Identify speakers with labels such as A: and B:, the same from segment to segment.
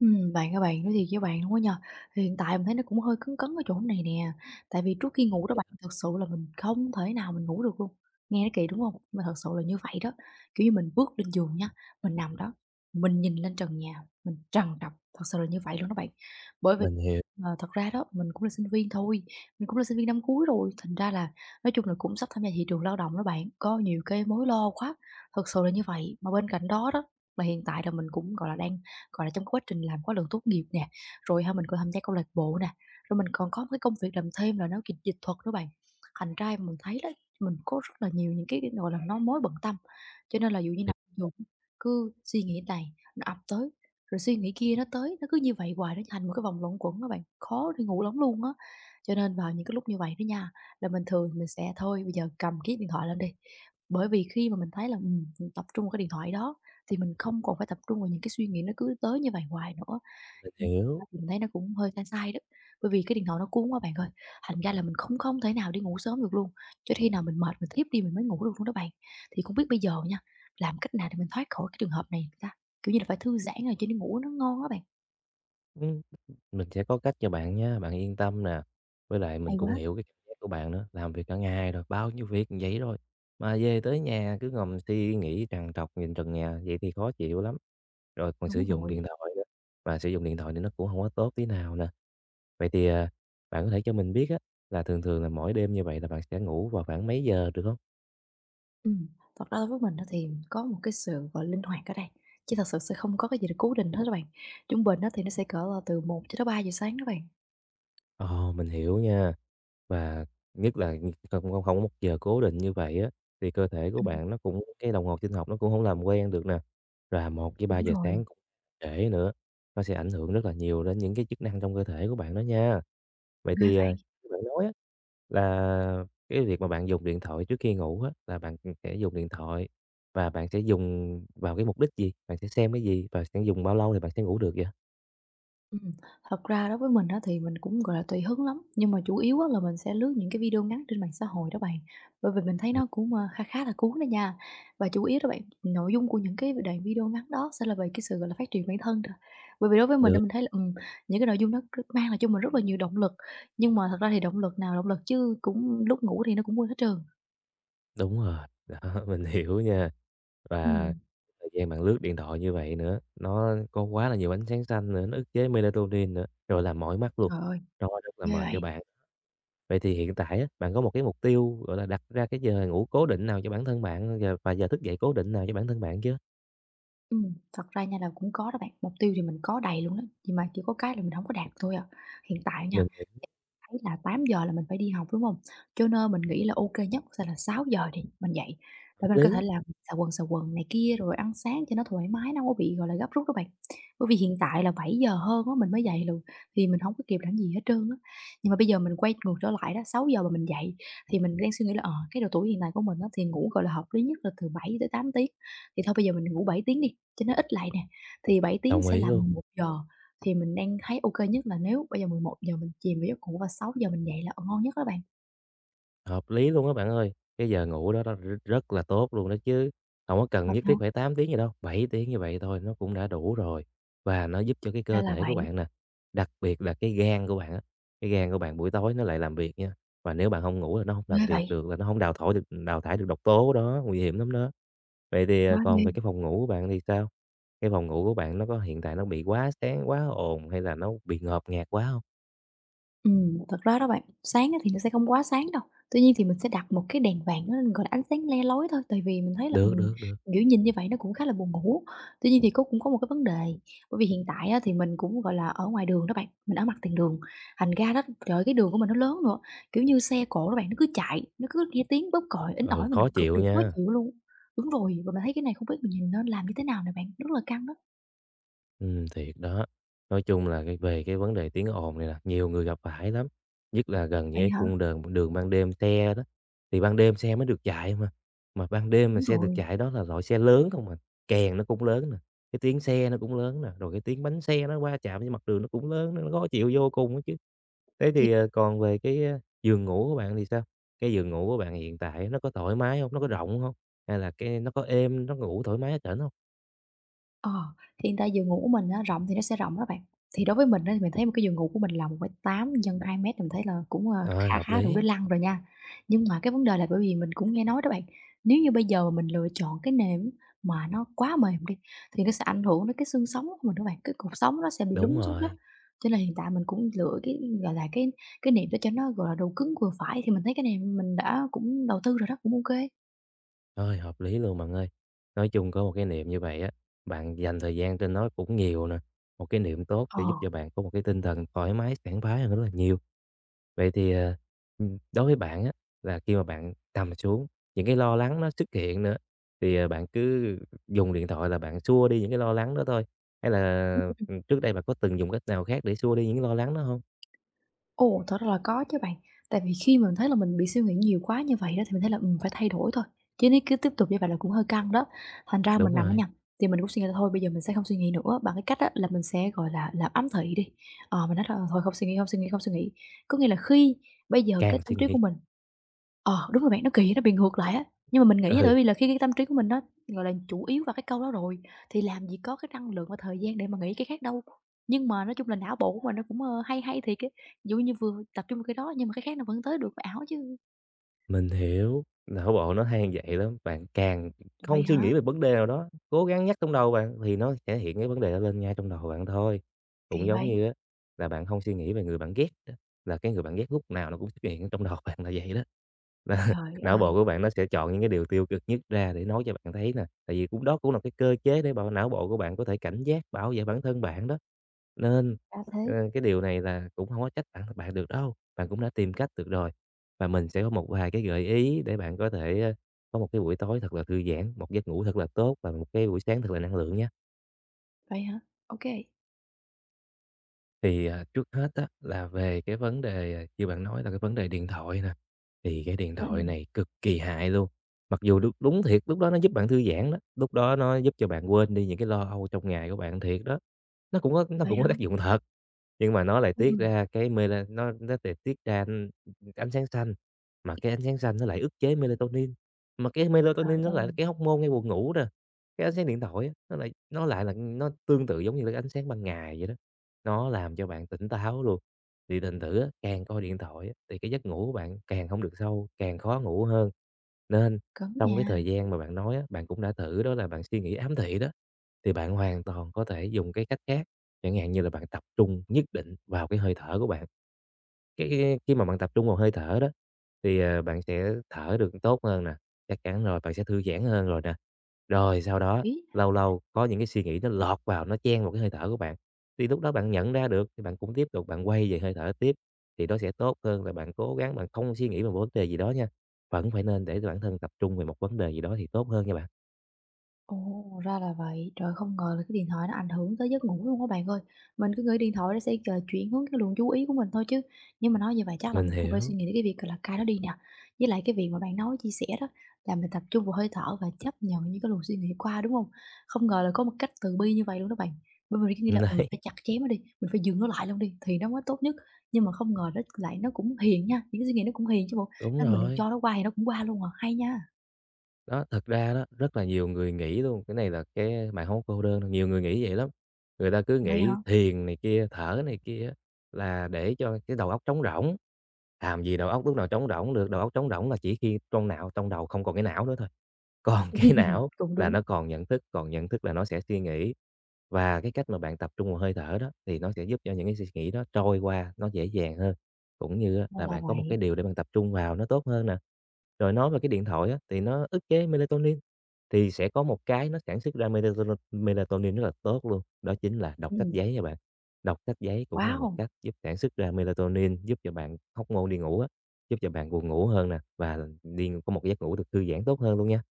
A: Bạn ơi bạn, nói thiệt với bạn luôn á nha, hiện tại mình thấy nó cũng hơi cấn cấn ở chỗ này nè, tại vì trước khi ngủ đó bạn, thật sự là mình không thể nào mình ngủ được luôn. Nghe nó kỳ, đúng không? Nhưng mà thật sự là như vậy đó, kiểu như, mình bước lên giường nha, mình nằm đó, mình nhìn lên trần nhà, mình trằn trọc, thật sự là như vậy luôn đó bạn. Bởi vì,
B: Mình hiểu,
A: thật ra đó, mình cũng là sinh viên thôi, mình cũng là sinh viên năm cuối rồi, thành ra là nói chung là cũng sắp tham gia thị trường lao động đó bạn, có nhiều cái mối lo quá, thật sự là như vậy. Mà bên cạnh đó đó, là hiện tại là mình cũng, gọi là, đang gọi là, trong quá trình làm khóa luận tốt nghiệp nè, rồi ha mình còn tham gia câu lạc bộ nè, rồi mình còn có một cái công việc làm thêm là nấu dịch dịch thuật đó bạn. Thành ra mình thấy đó, mình có rất là nhiều những cái gọi là, nó mối bận tâm, cho nên là dụ như nào
B: mình
A: dù cứ suy nghĩ này nó ập tới, rồi suy nghĩ kia nó tới, nó cứ như vậy hoài, nó thành một cái vòng luẩn quẩn các bạn, khó đi ngủ lắm luôn á. Cho nên vào những cái lúc như vậy đó nha, là mình thường mình sẽ thôi bây giờ cầm cái điện thoại lên đi, bởi vì khi mà mình thấy là, mình tập trung vào cái điện thoại đó thì mình không còn phải tập trung vào những cái suy nghĩ nó cứ tới như vậy hoài nữa. Ừm,
B: mình hiểu.
A: mình thấy nó cũng hơi sai sai đó, bởi vì cái điện thoại nó cuốn quá bạn ơi, thành ra là mình không không thể nào đi ngủ sớm được luôn, cho khi nào mình mệt mình thiếp đi mình mới ngủ được luôn đó bạn. Thì không biết bây giờ nha, làm cách nào để mình thoát khỏi cái trường hợp này ta? Kiểu như là phải thư giãn rồi cho đi ngủ nó ngon á bạn.
B: Ừm, mình sẽ có cách cho bạn nha, bạn yên tâm nè. Với lại mình
A: Hay
B: cũng
A: quá.
B: hiểu cái cảm giác của bạn nữa, làm việc cả ngày rồi, bao nhiêu việc như vậy rồi, mà về tới nhà cứ ngồi suy nghĩ trằn trọc nhìn trần nhà, vậy thì khó chịu lắm. Rồi còn sử
A: Đúng
B: dụng điện
A: rồi.
B: thoại nữa, mà sử dụng điện thoại thì nó cũng không có tốt tí nào nè. Vậy thì, à, bạn có thể cho mình biết á, là thường thường là mỗi đêm như vậy là bạn sẽ ngủ vào khoảng mấy giờ được không?
A: Ừm, thật ra đối với mình á thì có một cái sự, gọi, linh hoạt ở đây, chứ thật sự sẽ không có cái gì là cố định hết các bạn. Trung bình á thì nó sẽ cỡ là từ 1 cho tới 3 giờ sáng đó bạn.
B: Ồ, mình hiểu nha. Và nhất là không không không có một giờ cố định như vậy á, thì cơ thể của
A: Ừm.
B: bạn nó cũng cái đồng hồ sinh học nó cũng không làm quen được nè. Rồi một và ba
A: Đúng
B: giờ
A: rồi.
B: sáng cũng trễ nữa, nó sẽ ảnh hưởng rất là nhiều đến những cái chức năng trong cơ thể của bạn đó nha. Vậy
A: Ghê
B: thì,
A: vậy!
B: à, như bạn nói á, là cái việc mà bạn dùng điện thoại trước khi ngủ á, là bạn sẽ dùng điện thoại và bạn sẽ dùng vào cái mục đích gì? Bạn sẽ xem cái gì? Và sẽ dùng bao lâu thì bạn sẽ ngủ được vậy?
A: Ừm, thật ra đối với mình á thì mình cũng, gọi là, tùy hứng lắm, nhưng mà chủ yếu á là mình sẽ lướt những cái video ngắn trên mạng xã hội đó bạn, bởi vì mình thấy
B: Ừm,
A: nó cũng, kha khá là cuốn đó nha. Và chủ yếu đó bạn, nội dung của những cái đoạn video ngắn đó sẽ là về cái sự, gọi là, phát triển bản thân thôi. Bởi vì đối với mình á,
B: được.
A: mình thấy là, những cái nội dung đó cứ mang lại cho mình rất là nhiều động lực, nhưng mà thật ra thì động lực nào động lực chứ cũng lúc ngủ thì nó cũng quên hết trơn.
B: Đúng rồi, đó, mình hiểu nha. Và
A: Ừm.
B: thời gian bạn lướt điện thoại như vậy nữa, nó có quá là nhiều ánh sáng xanh nữa, nó ức chế melatonin nữa, rồi làm mỏi mắt luôn,
A: Trời ơi,
B: nó rất là
A: ghê
B: mệt cho
A: vậy!
B: bạn. Vậy thì hiện tại á, bạn có một cái mục tiêu, gọi là, đặt ra cái giờ ngủ cố định nào cho bản thân bạn và giờ thức dậy cố định nào cho bản thân bạn chứ?
A: Thật ra nha là cũng có đó bạn, mục tiêu thì mình có đầy luôn đó, nhưng mà chỉ có cái là mình không có đạt thôi à. Hiện tại
B: Mình
A: nha
B: hiểu,
A: thấy là 8 giờ là mình phải đi học, đúng không? Cho nên mình nghĩ là ok nhất sẽ là 6 giờ đi, mình dậy để
B: hợp
A: mình có thể
B: lý,
A: là xà quần này kia rồi ăn sáng cho nó thoải mái, nó không có bị, gọi là, gấp rút đó bạn. Bởi vì hiện tại là 7 giờ hơn á mình mới dậy luôn, thì mình không có kịp làm gì hết trơn á. Nhưng mà bây giờ mình quay ngược trở lại đó, 6 giờ mà mình dậy thì mình đang suy nghĩ là, cái độ tuổi hiện tại của mình á thì ngủ, gọi là, hợp lý nhất là từ 7 tới 8 tiếng, thì thôi bây giờ mình ngủ 7 tiếng đi, cho nó ít lại nè, thì 7 tiếng
B: đồng
A: sẽ
B: ý
A: là
B: luôn.
A: 11 giờ. Thì mình đang thấy ok nhất là nếu bây giờ 11 giờ mình chìm vào giấc ngủ và 6 giờ mình dậy là, ngon nhất đó bạn.
B: Hợp lý luôn á bạn ơi. Cái giờ ngủ đó đó rất là tốt luôn đó chứ, không có cần
A: Vậy
B: nhất
A: hả?
B: thiết phải 8 tiếng gì đâu, 7 tiếng như vậy thôi nó cũng đã đủ rồi. Và nó giúp cho cái
A: Ra
B: cơ
A: là
B: thể của
A: vậy,
B: bạn nè, đặc biệt là cái gan của bạn á, cái gan của bạn buổi tối nó lại làm việc nha. Và nếu bạn không ngủ là nó không
A: ghê
B: làm
A: vậy,
B: việc được, là nó không đào thải được độc tố đó, nguy hiểm lắm đó. Vậy thì, à,
A: quá
B: còn
A: ghê.
B: về cái phòng ngủ của bạn thì sao? Cái phòng ngủ của bạn nó có hiện tại nó bị quá sáng, quá ồn hay là nó bị ngột ngạt quá không?
A: Thật ra đó bạn, sáng á thì nó sẽ không quá sáng đâu. Tuy nhiên thì mình sẽ đặt một cái đèn vàng nó lên, gọi là, ánh sáng le lói thôi, tại vì mình thấy là,
B: Được, được, được,
A: kiểu, nhìn như vậy nó cũng khá là buồn ngủ. Tuy nhiên thì cũng có một cái vấn đề, bởi vì hiện tại á thì mình cũng, gọi là, ở ngoài đường đó bạn, mình ở mặt tiền đường, thành ra đó trời ơi, cái đường của mình nó lớn nữa, kiểu như, xe cộ đó bạn, nó cứ chạy, nó cứ nghe tiếng bóp còi, inh
B: ừ,
A: ỏi, mình
B: khó
A: cực
B: chịu
A: kỳ khó
B: nha.
A: chịu luôn. Đúng rồi, và mình thấy cái này không biết mình nhìn nên làm như thế nào nè bạn? Rất là căng đó.
B: Thiệt đó. Nói chung là cái về cái vấn đề tiếng ồn này là nhiều người gặp phải lắm, nhất là gần những
A: Vậy
B: cái
A: hả?
B: cung đường đường ban đêm xe đó, thì ban đêm xe mới được chạy mà. Mà ban đêm mà
A: Đúng
B: xe được
A: rồi.
B: chạy đó là loại xe lớn không à, kèn nó cũng lớn nè, cái tiếng xe nó cũng lớn nè, rồi cái tiếng bánh xe nó va chạm với mặt đường nó cũng lớn nó khó chịu vô cùng á chứ. Thế
A: Thì
B: thì, ờ, còn về cái, ơ, giường ngủ của bạn thì sao? Cái giường ngủ của bạn hiện tại nó có thoải mái không? Nó có rộng không? Hay là cái nó có êm, nó ngủ thoải mái hết trển hông?
A: Ờ, thì người ta giường ngủ của mình á, rộng thì nó sẽ rộng đó bạn. Thì đối với mình á, thì mình thấy một cái giường ngủ của mình là 1,8 x 2 mét mình thấy là cũng,
B: Rồi,
A: kha
B: hợp
A: khá đủ để
B: lý,
A: lăn rồi nha. Nhưng mà cái vấn đề là bởi vì mình cũng nghe nói đó bạn, nếu như bây giờ mà mình lựa chọn cái nệm mà nó quá mềm đi, thì nó sẽ ảnh hưởng đến cái xương sống của mình đó bạn, cái cột sống nó sẽ bị
B: đúng
A: lún xuống đó.
B: rồi.
A: Cho nên hiện tại mình cũng lựa cái, gọi là, cái nệm để cho nó, gọi là, độ cứng vừa phải, thì mình thấy cái này mình đã cũng đầu tư rồi đó, cũng ok.
B: Rồi, hợp lý luôn bạn ơi. Nói chung có một cái niệm như vậy á, bạn dành thời gian trên nó cũng nhiều nè. Một cái niệm tốt
A: Ờ.
B: sẽ giúp cho bạn có một cái tinh thần thoải mái, sảng khoái hơn rất là nhiều. Vậy thì, ờ, đối với bạn á, là khi mà bạn nằm xuống, những cái lo lắng nó xuất hiện nữa, thì, ờ, bạn cứ dùng điện thoại là bạn xua đi những cái lo lắng đó thôi? Hay là, trước đây bạn có từng dùng cách nào khác để xua đi những lo lắng đó không?
A: Ồ, thật ra là có chứ bạn. Tại vì khi mà mình thấy là mình bị suy nghĩ nhiều quá như vậy đó thì mình thấy là, phải thay đổi thôi, chứ nếu cứ tiếp tục như vậy là cũng hơi căng đó. Thành ra mình
B: Đúng
A: nằm đó
B: rồi,
A: nha, thì mình cũng suy nghĩ là thôi bây giờ mình sẽ không suy nghĩ nữa bằng cái cách á là mình sẽ, gọi là, làm ấm thị đi. Ờ, mình nói là "Thôi không suy nghĩ, không suy nghĩ, không suy nghĩ." Có nghĩa là khi bây giờ cái
B: càng
A: tâm
B: suy
A: trí
B: nghĩ.
A: của mình Ờ, đúng rồi bạn, nó kỳ nó bị ngược lại á. Nhưng mà mình nghĩ nha, tại bởi
B: Ừ.
A: vì là khi cái tâm trí của mình nó, gọi là, chủ yếu vào cái câu đó rồi, thì làm gì có cái năng lượng và thời gian để mà nghĩ cái khác đâu. Nhưng mà nói chung là não bộ của mình nó cũng, hay hay thiệt ấy, dụ như vừa tập trung vào cái đó nhưng mà cái khác nó vẫn tới được, ảo chứ.
B: Mình hiểu, não bộ nó hay vậy lắm, bạn càng
A: Vậy
B: không suy
A: hả?
B: nghĩ về vấn đề nào đó, cố gắng nhắc trong đầu bạn thì nó sẽ hiện cái vấn đề đó lên ngay trong đầu bạn thôi. Cũng
A: Kỳ
B: giống
A: vậy?
B: như á là bạn không suy nghĩ về người bạn ghét á, là cái người bạn ghét lúc nào nó cũng xuất hiện ở trong đầu bạn là vậy đó. Là
A: Trời
B: não
A: ơi,
B: bộ của bạn nó sẽ chọn những cái điều tiêu cực nhất ra để nói cho bạn thấy nè, tại vì cũng đó cũng là cái cơ chế để bảo não bộ của bạn có thể cảnh giác, bảo vệ bản thân bạn đó. Nên,
A: đã
B: ờ,
A: thế.
B: cái điều này là cũng không có trách bạn được đâu, bạn cũng đã tìm cách được rồi. Và mình sẽ có một vài cái gợi ý để bạn có thể, ơ, có một cái buổi tối thật là thư giãn, một giấc ngủ thật là tốt và một cái buổi sáng thật là năng lượng nha.
A: Vậy hả? Ô kê.
B: Thì, à, trước hết á là về cái vấn đề, à, như bạn nói là cái vấn đề điện thoại nè, thì cái điện
A: Ừm,
B: thoại
A: ừm,
B: này cực kỳ hại luôn. Mặc dù đúng đúng thiệt lúc đó nó giúp bạn thư giãn đó, lúc đó nó giúp cho bạn quên đi những cái lo âu trong ngày của bạn thiệt đó. Nó cũng có nó
A: vậy
B: cũng
A: hả?
B: có tác dụng thật, nhưng mà nó lại
A: Ừm,
B: tiết
A: ừm.
B: ra cái mela nó nó lại tiết ra, ánh sáng xanh, mà cái ánh sáng xanh nó lại ức chế melatonin, mà cái
A: Trời
B: melatonin nó lại
A: ơi,
B: là cái hormone gây buồn ngủ nè. Cái ánh sáng điện thoại á, nó lại là nó tương tự giống như là cái ánh sáng ban ngày vậy đó. Nó làm cho bạn tỉnh táo luôn. Thì thành thử á, càng coi điện thoại á, thì cái giấc ngủ của bạn càng không được sâu, càng khó ngủ hơn. Nên
A: cấn
B: trong cái
A: nha,
B: thời gian mà bạn nói á, bạn cũng đã thử đó là bạn suy nghĩ ám thị đó, thì bạn hoàn toàn có thể dùng cái cách khác, chẳng hạn như là bạn tập trung nhất định vào cái hơi thở của bạn. Cái khi mà bạn tập trung vào hơi thở đó, thì, ờ, bạn sẽ thở được tốt hơn nè, chắc chắn rồi, bạn sẽ thư giãn hơn rồi nè. Rồi sau đó,
A: biết.
B: lâu lâu có những cái suy nghĩ nó lọt vào, nó chen vào cái hơi thở của bạn, thì lúc đó bạn nhận ra được thì bạn cũng tiếp tục bạn quay về hơi thở tiếp, thì nó sẽ tốt hơn là bạn cố gắng bạn không suy nghĩ về một vấn đề gì đó nha. Vẫn phải nên để cho bản thân tập trung về một vấn đề gì đó thì tốt hơn nha bạn.
A: Ồ, ra là vậy. Trời, không ngờ là cái điện thoại nó ảnh hưởng tới giấc ngủ luôn các bạn ơi. Mình cứ nghĩ điện thoại nó sẽ, chuyển hướng cái luồng chú ý của mình thôi chứ. Nhưng mà nói như vậy chắc là
B: Mình
A: mình cũng phải suy
B: hiểu,
A: nghĩ đến cái việc, là, cai nó đi nè. Với lại cái việc mà bạn nói chia sẻ đó, là mình tập trung vào hơi thở và chấp nhận những cái luồng suy nghĩ qua, đúng không? Không ngờ là có một cách từ bi như vậy luôn đó bạn. Bởi vì cái cứ là, mình
B: đấy,
A: phải chặt chém nó đi, mình phải dừng nó lại luôn đi thì nó mới tốt nhất. Nhưng mà không ngờ nó lại nó cũng hiền nha, những cái suy nghĩ nó cũng hiền chứ bộ,
B: đúng
A: nên mình
B: rồi.
A: cho nó qua thì nó cũng qua luôn à, hay nha.
B: Đó, thật ra đó, rất là nhiều người nghĩ luôn, cái này là cái bạn hông cô đơn đâu, nhiều người nghĩ vậy lắm. Người ta cứ
A: Vậy hả?
B: nghĩ thiền này kia, thở này kia là để cho cái đầu óc trống rỗng, làm gì đầu óc lúc nào trống rỗng được, đầu óc trống rỗng là chỉ khi trong đầu không còn cái não nữa thôi. Còn cái não
A: Cũng
B: là
A: đúng.
B: nó còn nhận thức là nó sẽ suy nghĩ. Và cái cách mà bạn tập trung vào hơi thở đó thì nó sẽ giúp cho những cái suy nghĩ đó trôi qua nó dễ dàng hơn, cũng như á
A: Ra
B: là
A: là
B: bạn có một
A: vậy.
B: cái điều để bạn tập trung vào nó tốt hơn nè. Rồi nói về cái điện thoại á, thì nó ức chế melatonin, thì sẽ có một cái nó sản xuất ra melatonin melatonin rất là tốt luôn, đó chính là đọc sách
A: Ừm,
B: giấy nha bạn. Đọc sách giấy cũng là một
A: wow,
B: cách giúp sản xuất ra melatonin, giúp cho bạn hormone đi ngủ á, giúp cho bạn buồn ngủ hơn nè và đi có một giấc ngủ được thư giãn tốt hơn luôn nha.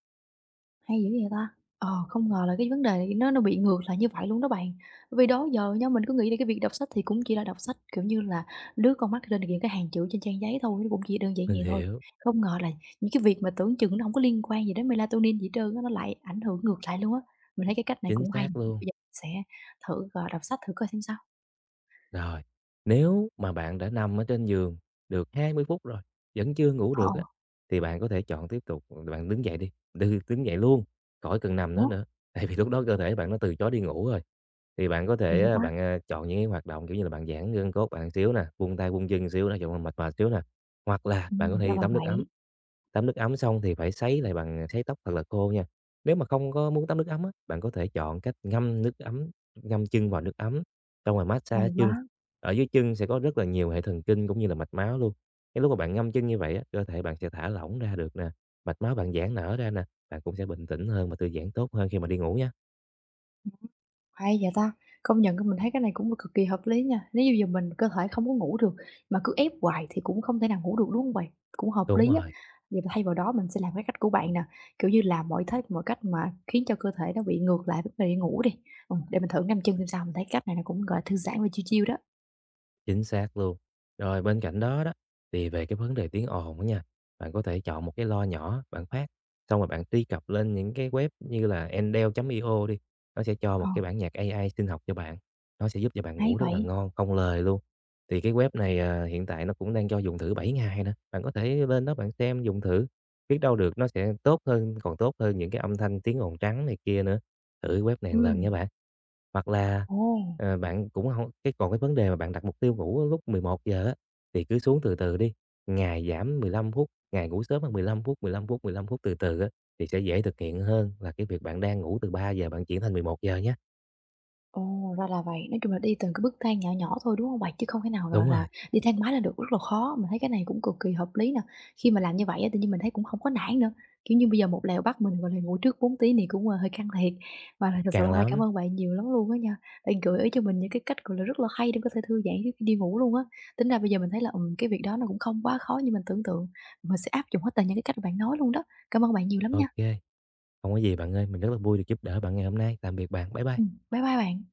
A: hay dữ vậy ta! Ờ, không ngờ là cái vấn đề này nó bị ngược lại như vậy luôn đó bạn. Bởi vì đó giờ nha, mình cứ nghĩ là cái việc đọc sách thì cũng chỉ là đọc sách, kiểu như là, lướt con mắt lên những cái hàng chữ trên trang giấy thôi, nó cũng chỉ đơn giản
B: Mình
A: vậy thôi.
B: hiểu,
A: Không ngờ là những cái việc mà tưởng chừng nó không có liên quan gì đến melatonin gì hết trơn á, nó lại ảnh hưởng ngược lại luôn á. Mình thấy cái cách này
B: chính
A: cũng hay nè,
B: xác
A: bây
B: luôn.
A: giờ mình sẽ thử, gọi đọc sách thử coi xem sao.
B: Rồi, nếu mà bạn đã nằm ở trên giường được 20 phút rồi, vẫn chưa ngủ
A: Ờ,
B: được á,
A: ờ,
B: thì bạn có thể chọn tiếp tục, ừ, bạn đứng dậy đi, đứng dậy luôn, khỏi cần nằm nữa
A: ủa,
B: nữa. Tại vì lúc đó cơ thể bạn nó từ chối đi ngủ rồi. Thì bạn có
A: kỳ
B: thể
A: vậy
B: á,
A: ta?
B: bạn, à, chọn những cái hoạt động, kiểu như là, bạn giãn gân cốt bạn xíu nè, vung tay vung chân xíu nè, cho mệt mệt xíu nè. Hoặc là bạn có thể
A: Ra
B: đi
A: là vậy,
B: tắm nước ấm xong thì phải sấy lại bằng sấy tóc thật là khô nha. Nếu mà không có muốn tắm nước ấm á, bạn có thể chọn cách ngâm nước ấm, ngâm chân vào nước ấm, xong rồi massage
A: hay
B: chân.
A: quá!
B: Ở dưới chân sẽ có rất là nhiều hệ thần kinh cũng như là mạch máu luôn. Cái lúc mà bạn ngâm chân như vậy á, cơ thể bạn sẽ thả lỏng ra được nè, mạch máu bạn giãn nở ra nè, bạn cũng sẽ bình tĩnh hơn và thư giãn tốt hơn khi mà đi ngủ nha.
A: Hay vậy ta? Công nhận cái mình thấy cái này cũng cực kỳ hợp lý nha. Nếu như giờ mình cơ thể không có ngủ được mà cứ ép hoài thì cũng không thể nào ngủ được, đúng không bạn? Cũng hợp
B: Đúng
A: lý á.
B: rồi.
A: Vậy mà thay vào đó mình sẽ làm cái cách của bạn nè, kiểu như làm mọi thế mọi cách mà khiến cho cơ thể nó bị ngược lại với vấn đề ngủ đi. Để mình thử ngâm chân xem sao, mình thấy cách này nó cũng, gọi là, thư giãn và chill chill đó.
B: Chính xác luôn. Rồi bên cạnh đó đó, thì về cái vấn đề tiếng ồn á nha, bạn có thể chọn một cái loa nhỏ bạn phát, xong rồi bạn truy cập lên những cái web như là Endel.io đi, nó sẽ cho
A: Ờ,
B: một cái bản nhạc AI sinh học cho bạn, nó sẽ giúp cho bạn
A: hay
B: ngủ rất là
A: vậy.
B: ngon, không lời luôn. Thì cái web này, à, hiện tại nó cũng đang cho dùng thử 7 ngày nữa, bạn có thể lên đó bạn xem dùng thử, biết đâu được nó sẽ tốt hơn còn tốt hơn những cái âm thanh tiếng ồn trắng này kia nữa. Thử web này lần nha
A: Ừm,
B: bạn. Hoặc là,
A: ồ.
B: ờ, bạn cũng không cái còn cái vấn đề mà bạn đặt mục tiêu ngủ lúc 11:00 á, thì cứ xuống từ từ đi, ngày giảm 15 phút, ngày ngủ sớm bằng 15 phút, 15 phút, 15 phút từ từ á, thì sẽ dễ thực hiện hơn là cái việc bạn đang ngủ từ 3 giờ bạn chuyển thành 11 giờ nhé.
A: Ồ, ra là vậy. Nói chung là đi từng cái bước thang nhỏ nhỏ thôi, đúng không bạn? Chứ không thể nào, gọi
B: Đúng
A: là,
B: rồi,
A: đi thang máy là được, rất là khó. Mình thấy cái này cũng cực kỳ hợp lý nè. Khi mà làm như vậy á, tự nhiên mình thấy cũng không có nản nữa. Kiểu như, bây giờ một lèo bắt mình, gọi là, ngủ trước 4 tiếng thì cũng, hơi căng thiệt. Và là thật sự là
B: càng
A: hôm nay cảm
B: lắm.
A: ơn bạn nhiều lắm luôn á nha, bạn gửi ý cho mình những cái cách, gọi là, rất là hay để có thể thư giãn trước khi đi ngủ luôn á. Tính ra bây giờ mình thấy là, cái việc đó nó cũng không quá khó như mình tưởng tượng. Mình sẽ áp dụng hết tất cả những cái cách bạn nói luôn đó. Cảm ơn bạn nhiều lắm nha.
B: Ok, không có gì bạn ơi, mình rất là vui được giúp đỡ bạn ngày hôm nay. Tạm biệt bạn. Bye bye.
A: Bye bye bạn.